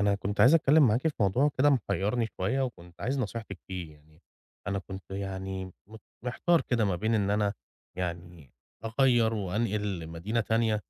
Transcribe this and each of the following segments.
أنا كنت عايز أتكلم معاكِ في موضوع كده محيرني شوية، وكنت عايز نصيحتِك فيه يعني، أنا كنت يعني مت محتار كده ما بين إن أنا يعني أغيّر وأنقل لمدينة تانية،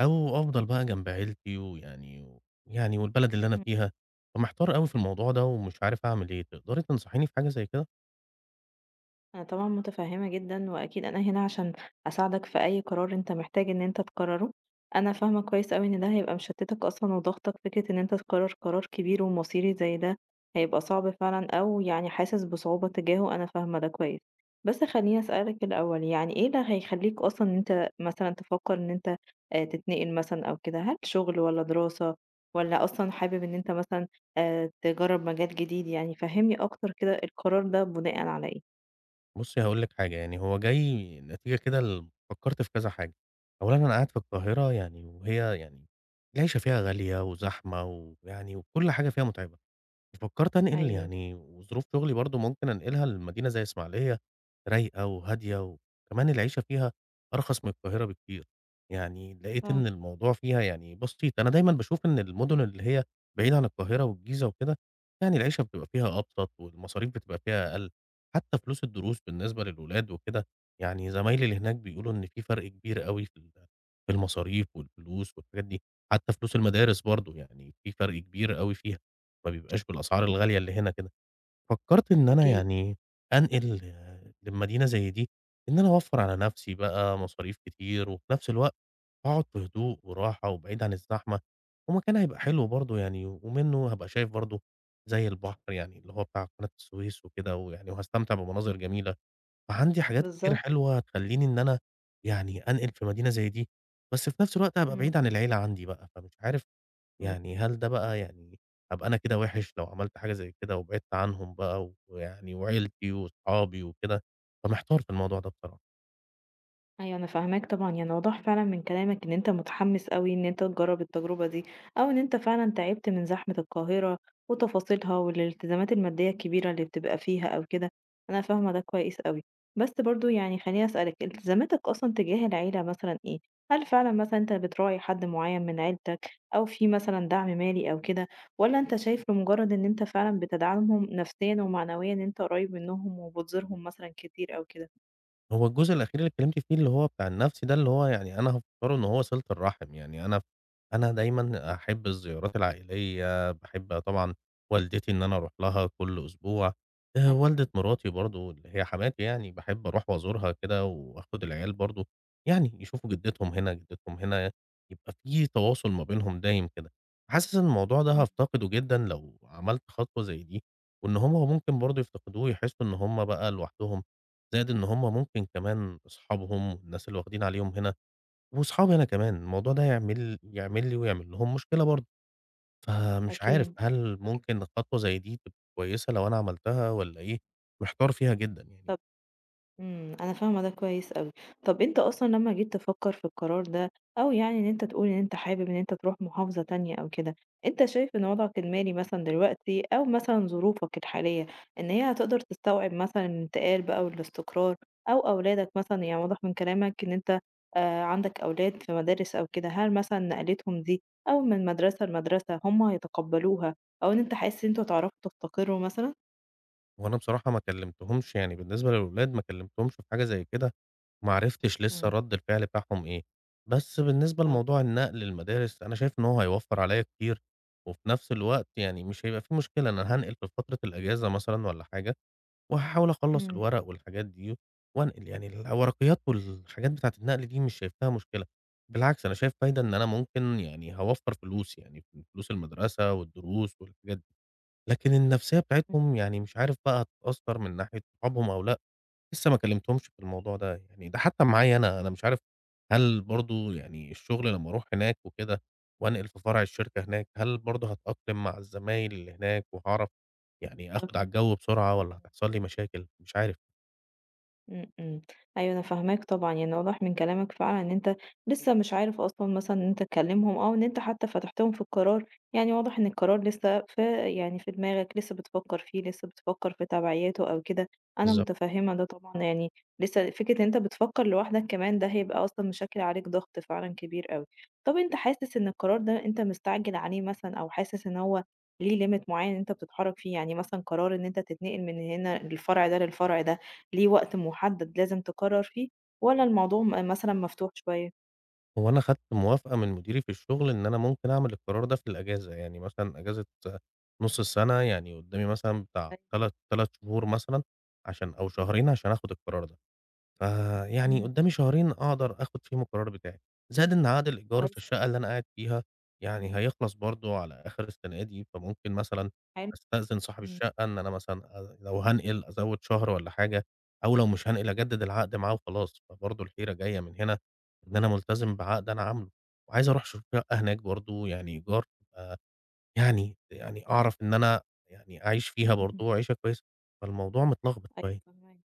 أو أفضل بقى جنب عيلتي ويعني يعني والبلد اللي أنا إمم. فيها، فمحتار أوي في الموضوع ده ومش عارف أعمل إيه، تقدري تنصحيني في حاجة زي كده؟ أنا طبعًا متفهمة جدًا، وأكيد أنا هنا عشان أساعدك في أي قرار أنت محتاج إن أنت تقرره. أنا فاهمة كويس أوي إن ده هيبقى مشتتك أصلًا وضاغطك، فكرة إن أنت تقرر قرار كبير ومصيري زي ده هيبقى صعب فعلًا، أو يعني حاسس بصعوبة تجاهه، أنا فاهمة ده كويس. بس خلّيني أسألك الأول، يعني إيه اللي هيخلّيك أصلًا إن أنت مثلًا تفكر إن أنت تتنقل مثلًا أو كده؟ هل شغل والّا دراسة والّا أصلًا حابب إن أنت مثلًا تجرب مجال جديد؟ يعني فهّمني أكتر كده القرار ده بناءً على إيه؟ بُصّي هاقول لِك حاجة، يعني هو جاي نتيجة كده فكرت في كذا حاجة. أولًا أنا قاعد في القاهرة يعني وهي يعني العيشة فيها غالية وزحمة وكل حاجة فيها مُتعبة. فكرت أنقل أيوه يعني وظروف شغلي برضه ممكن أنقلها لمدينة زي إسماعيلية رايقة وهادية، وكمان العيشة فيها أرخص من القاهرة بكتير. يعني لقيت فاهمة، إن الموضوع فيها يعني بسيط، أنا دايمًا باشوف إن المدن اللي هي بعيدة عن القاهرة والجيزة وكده، يعني العيشة بتبقى فيها أبسط والمصاريف بتبقى فيها أقل، حتى فلوس الدروس بالنسبة للولاد وكده. يعني زمايلي اللي هناك بيقولوا إن في فرق كبير أوي في المصاريف والفلوس والحاجات دي، حتى فلوس المدارس برضه يعني في فرق كبير أوي فيها. ما بيبقاش بالأسعار إمم، الغالية اللي هنا كده. فكّرت إن أنا أكيد، يعني أنقل لمدينة زي دي، إن أنا أوفّر على نَفْسي بقى مصاريف كتير وفي نَفْس الوقت أقعد في هدوء وراحة وبعيد عن الزحمة، ومكان هيبقى حلو برضه يعني ومنّه هابقى شايف برضه زي البحر يعني اللي هو بتاع قناة السويس وكده وهاستمتع بمناظر جميلة. فعندي حاجات كتير بالضبط، حلوة تخلّيني إن أنا يعني أنقل في مدينة زي دي، بس في نَفْس الوقت هابقى إمم، بعيد عن العيلة عندي بقى، فمش عارف إمم. يعني هل ده بقى يعني أبقى أنا كده وِحِش لو عملت حاجة زي كده وبعدت عنهم بقى وعيلتي وأصحابي وكده. فمحتار في الموضوع ده بصراحة. أيوه أنا فاهماك طبعًا، يعني واضح فعلًا من كلامك إن أنت متحمس أوي إن أنت تجرّب التجربة دي، أو إن أنت فعلًا تعبت من زحمة القاهرة وتفاصيلها والالتزامات المادية الكبيرة اللي بتبقى فيها أو كده، أنا فاهمة ده كويس أوي، بس برضه يعني خلّيني أسألك التزاماتك أصلًا تجاه العيلة مثلًا إيه؟ هل فعلًا مثلًا أنت بتراعي حد معيّن من عيلتك، أو في مثلًا دعم مالي أو كده، والّا أنت شايف لمجرد إن أنت فعلًا بتدعمهم نفسيًا ومعنويًا إن أنت قريب منهم وبتزورهم مثلًا كتير أو كده؟ هو الجزء الأخير اللي اتكلمتِ فيه اللي هو بتاع النفسي ده، اللي هو يعني أنا هافكّره إن هو صِلة الرحم. يعني أنا دايمًا أحب الزيارات العائلية، باحب طبعًا والدتي إن أنا أروح لها كل أسبوع، أك والدة مراتي برضه اللي هي حماتي يعني باحب أروح وأزورها كده وآخد العيال برضه يعني يشوفوا جدتهم هنا، يبقى في تواصل ما بينهم دايم كده. حاسس إن الموضوع ده إمم، هافتقده جدًا لو عملت خطوة زي دي، وإن هم ممكن برضه يفتقدوه ويحسّوا إن هم بقى لوحدهم، زائد إن هم ممكن كمان أصحابهم والناس اللي واخدين عليهم هنا وأصحابي أنا كمان، الموضوع ده يعمل لي ويعمل لهم مشكلة برضه، فمش عارف أكيد. هل ممكن خطوة زي دي تبقى كويسة لو أنا عملتها إمم. والّا إيه؟ محتار فيها جدًا يعني. طب إمم، أنا فاهمة ده كويس أوي. طب أنت أصلًا لمّا جيت تفكّر في القرار ده أو يعني إن أنت تقول إن أنت حابب إن أنت تروح محافظة تانية أو كده، أنت شايف إن وضعك المالي مثلًا دلوقتي أو مثلًا ظروفك الحالية إن هي هتقدر تستوعب مثلًا الانتقال بقى والاستقرار أو أولادك مثلًا، يعني واضح من كلامك إن أنت عندك أولاد في مدارس أو كده، هل مثلًا نقلتهم دي أو من مدرسة لمدرسة هم هيتقبّلوها أو إن أنت حاسس إن أنتم هتعرفوا تستقروا مثلًا؟ وأنا بصراحة ما كلمتهمش يعني بالنسبة للولاد ما كلمتهمش في حاجة زي كده، وما عرفتش لسه إمم، رَد الفعل بتاعهم إيه، بس بالنسبة فاهماك. لموضوع النقل للمدارس أنا شايف إن هو هيوفّر عليّا كتير، وفي نفس الوقت يعني مش هيبقى في مشكلة أنا هانقل في فترة الأجازة مثلًا والّا حاجة، وهاحاول أخلّص إمم. الورق والحاجات دي وانقل. يعني الورقيات والحاجات بتاعة النقل دي مش شايفها مشكلة، بالعكس أنا شايف فايدة إن أنا ممكن يعني هاوفّر فلوس، يعني في فلوس المدرسة والدروس والحاجات دي، لكن النفسية بتاعتهم يعني مش عارف بقى هتتأثّر من ناحية صحابهم أو لأ، لسه ما كلمتهمش في الموضوع ده. يعني ده حتى معايا أنا، أنا مش عارف هل برضه يعني الشغل لمّا أروح هناك وكده وأنقل في فرع الشركة هناك، هل برضه هاتأقلم مع الزمايل اللي هناك وهاعرف يعني آخد بالضبط. على الجو بسرعة والّا هتحصل لي مشاكل؟ مش عارف. إمم، إمم. أيوه أنا فاهماك طبعًا، يعني واضح من كلامك فعلًا إن أنت لسه مش عارف أصلًا مثلًا إن أنت تكلّمهم أو إن أنت حتى فتحتهم في القرار، يعني واضح إن القرار لسه في يعني في دماغك، لسه بتفكّر فيه، لسه بتفكّر في تبعياته أو كده، أنا بالضبط. متفهّمة ده طبعًا يعني لسه فكرة إن أنت بتفكّر لوحدك كمان ده هيبقى أصلًا مشكّل عليك ضغط فعلًا كبير أوي. طَب أنت حاسس إن القرار ده أنت مستعجل عليه مثلًا أو حاسس إن هو ليه limit معيّن أنت بتتحرّك فيه، يعني مثلًا قرار إن أنت تتنقل من هنا للفرع ده للفرع ده، ليه وقت محدد لازم تقرر فيه، والّا الموضوع مثلًا مفتوح شوية؟ هو أنا خدت موافقة من مديري في الشغل إن أنا ممكن أعمل القرار ده في الأجازة، يعني مثلًا أجازة نُص السنة، يعني قدامي مثلًا بتاع أيوه، تلات 3 شهور مثلًا عشان أو شهرين عشان آخد القرار ده. فيعني إمم، قدامي شهرين أقدر آخد فيهم القرار بتاعي، زائد إن عقد الإيجار في كويس أوي. الشقة اللي أنا قاعد فيها يعني هيخلص برضه على آخر السنة دي، فممكن مثلًا حلو، أستأذن صاحب إمم. الشقة إن أنا مثلًا لو هانقل أزوّد شهر والّا حاجة، أو لو مش هانقل أجدد العقد معاه وخلاص. فبرضه الحيرة جاية من هنا إن أنا ملتزم بعقد أنا عامله، وعايز أروح أشوف شقة أيوه، هناك برضه يعني إيجار تبقى يعني أعرف إن أنا يعني أعيش فيها إمم. برضه عيشة كويسة. فالموضوع متلخبط أيوه شوية. فاهماك.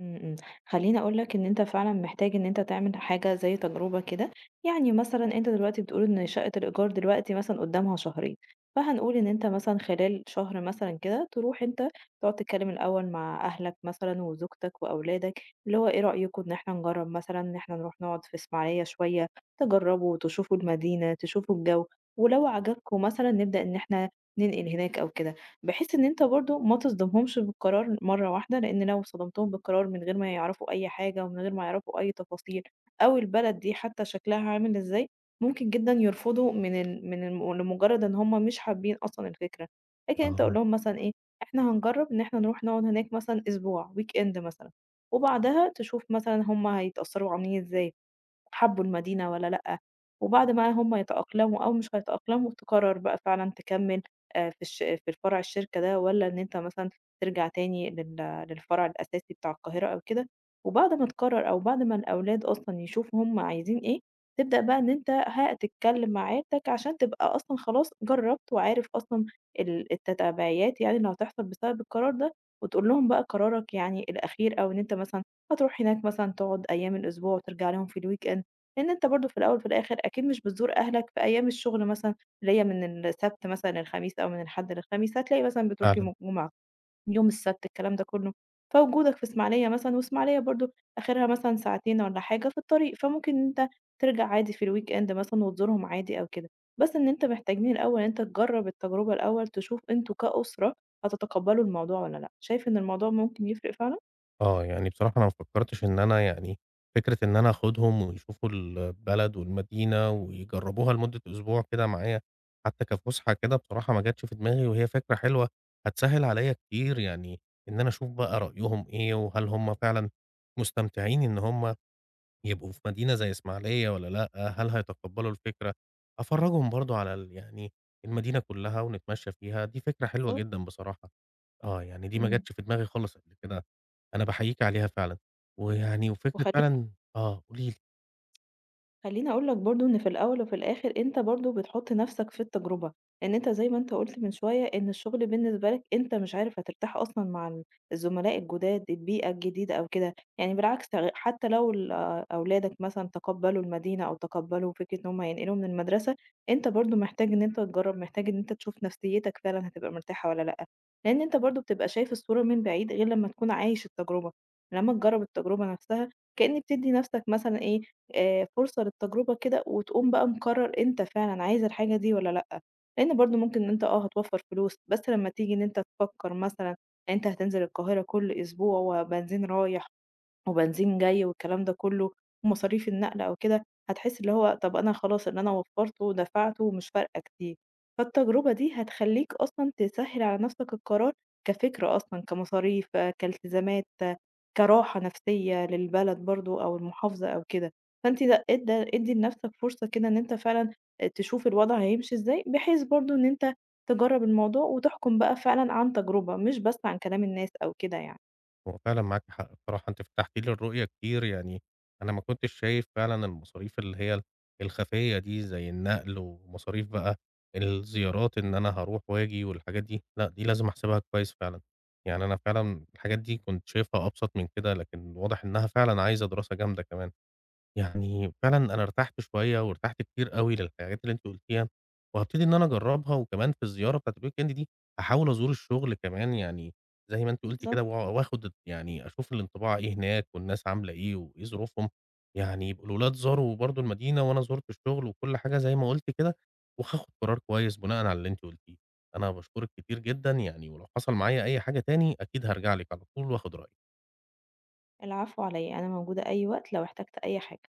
إمم، إمم. خلّيني أقول لك إن أنت فعلًا محتاج إن أنت تعمل حاجة زي تجربة كده، يعني مثلًا أنت دلوقتي بتقول إن شقة الإيجار دلوقتي مثلًا قدّامها شهرين، فهنقول إن أنت مثلًا خلال شهر مثلًا كده تروح أنت تقعد تتكلم الأول مع أهلك مثلًا وزوجتك وأولادك، اللي هو إيه رأيكم إن إحنا نجرّب مثلًا إن إحنا نروح نقعد في إسماعيلية شوية، تجرّبوا تشوفوا المدينة، تشوفوا الجو، ولو عجبكم مثلًا نبدأ إن إحنا ننقل هناك أو كده. بحيث إن أنت برضه ما تصدمهمش بالقرار مرّة واحدة، لإن لو صدمتهم بالقرار من غير ما يعرفوا أي حاجة ومن غير ما يعرفوا أي تفاصيل أو البلد دي حتى شكلها عامل إزاي، ممكن جدًا يرفضوا من ال من الم لمجرد إن هم مش حابين أصلًا الفكرة. لكن أنت قُل آه. لهم مثلًا إيه، إحنا هنجرّب إن إحنا نروح نقعد هناك مثلًا أسبوع weekend مثلًا، وبعدها تشوف مثلًا هم هيتأثروا وعاملين إزاي. حبّوا المدينة والّا لأ، وبعد ما هم يتأقلموا أو مش هيتأقلموا تقرر بقى فعلًا تكمّل في الفرع الشركة ده والّا إن أنت مثلًا ترجع تاني للفرع الأساسي بتاع القاهرة أو كده، وبعد ما تقرر أو بعد ما الأولاد أصلًا يشوفوا هم عايزين إيه، تبدأ بقى إن أنت هتتكلم مع عيلتك عشان تبقى أصلًا خلاص جرّبت وعارف أصلًا التتبعيات يعني اللي هتحصل بسبب القرار ده، وتقول لهم بقى قرارك يعني الأخير أو إن أنت مثلًا هتروح هناك مثلًا تقعد أيام الأسبوع وترجع لهم في الweekend لأن أنت برضه في الأول وفي الآخر أكيد مش بتزور أهلك في أيام الشغل مثلًا، اللي هي من السبت مثلًا للخميس أو من الأحد للخميس، هتلاقي مثلًا بتروح يوم فعلًا. الجمعة، يوم السبت، الكلام ده كله. فوجودك في إسماعيلية مثلًا وإسماعيلية برضه آخرها مثلًا ساعتين والّا حاجة في الطريق، فممكن إن أنت ترجع عادي في الweekend مثلًا وتزورهم عادي أو كده. بس إن أنت محتاجين الأول إن أنت تجرّب التجربة الأول، تشوف أنتم كأسرة هتتقبّلوا الموضوع والّا لأ. شايف إن الموضوع ممكن يفرق فعلًا؟ آه، يعني بصراحة أنا ما فكّرتش إن أنا يعني فكرة إن أنا آخُدهم ويشوفوا البلد والمدينة ويجرّبوها لمدة أسبوع كده معايا حتّى كفُسحة كده بصراحة ما جاتش في دماغي، وهي فكرة حلوة هتسهِّل عليّا كتير، يعني إن أنا أشوف بقى رأيهم إيه وهل هم فعلًا مستمتعين إن هم يبقوا في مدينة زي إسماعيلية والّا لأ، هل هيتقبّلوا الفكرة، أفرّجهم برضه على ال يعني المدينة كُلّها ونتمشّى فيها. دي فكرة حلوة بالضبط. جدًا بصراحة. آه، يعني دي ما إمم. جاتش في دماغي خالص قبل كده، أنا باحييكِ عليها فعلًا، وفكرة وخلّيني فعلًا. آه، قولي لي. خلّيني أقول لك برضه إن في الأول وفي الآخر أنت برضه بتحُط نَفْسك في التجربة، إن أنت زي ما أنت قُلت من شوية إن الشغل بالنسبة لك أنت مش عارف هترتاح أصلًا مع ال الزملاء الجُداد، البيئة الجديدة أو كده، يعني بالعكس حتى لو ال آه، أولادك مثلًا تقبّلوا المدينة أو تقبّلوا فكرة إن هم هينقلوا من المدرسة، أنت برضه محتاج إن أنت تجرّب، محتاج إن أنت تشوف نفسيتك فعلًا هتبقى مرتاحة والّا لأ، لإن أنت برضه بتبقى شايف الصورة من بعيد غير لمّا تكون عايش التجربة، لمّا تجرّب التجربة نَفْسها كإن بتدّي نَفْسك مثلًا إيه، فرصة للتجربة كده، وتقوم بقى مقرّر أنت فعلًا عايز الحاجة دي والّا لأ، لإن برضه ممكن إن أنت هتوفّر فلوس، بس لمّا تيجي إن أنت تفكّر مثلًا أنت هتنزل القاهرة كل أسبوع وبنزين رايح وبنزين جاي والكلام ده كله، ومصاريف النقل أو كده، هتحس اللي هو طب أنا خلاص اللي أنا وفّرته ودفعته ومش فارقة كتير، فالتجربة دي هتخلّيك أصلًا تسهّل على نفسك القرار كفكرة أصلًا، كمصاريف، آه، كالتزامات، آه، كراحة نفسية للبلد برضه أو المحافظة أو كده، فأنتِ لأ ادّي لنفسك فرصة كده إن أنت فعلًا تشوف الوضع هيمشي إزاي، بحيث برضه إن أنت تجرّب الموضوع وتحكم بقى فعلًا عن تجربة، مش بس عن كلام الناس أو كده يعني، هو فعلًا معاكِ حق بصراحة، أنتِ فتحتِ لي الرؤية كتير. يعني أنا ما كنتش شايف فعلًا المصاريف اللي هي الخفية دي زي النقل ومصاريف بقى الزيارات إن أنا هاروح وآجي والحاجات دي، لأ دي لازم أحسبها كويس فعلًا. يعني أنا فعلًا الحاجات دي كنت شايفها أبسط من كده، لكن واضح إنها فعلًا عايزة دراسة جامدة كمان. يعني فعلًا أنا ارتحت شوية وارتحت كتير أوي للحاجات اللي أنتِ قُلتيها، وهابتدي إن أنا أجرّبها وكمان في الزيارة بتاعة الweekend دي هاحاول أزور الشغل كمان يعني زي ما أنتِ قُلتِ كده بالضبط. وآخد يعني أشوف الانطباع إيه هناك والناس عاملة إيه وإيه ظروفهم، يعني يبقوا الولاد زاروا برضه المدينة وأنا زُرت الشغل وكل حاجة زي ما قُلتِ كده، وهاخد قرار كويس بناءً على اللي أنتِ قُلتيه. أنا باشكرِك كتير جدًا يعني، ولو حصل معايا أي حاجة تاني أكيد هارجع لِك على طول وآخد رأيِك. العفو عليا أنا موجودة أي وقت لو احتجت أي حاجة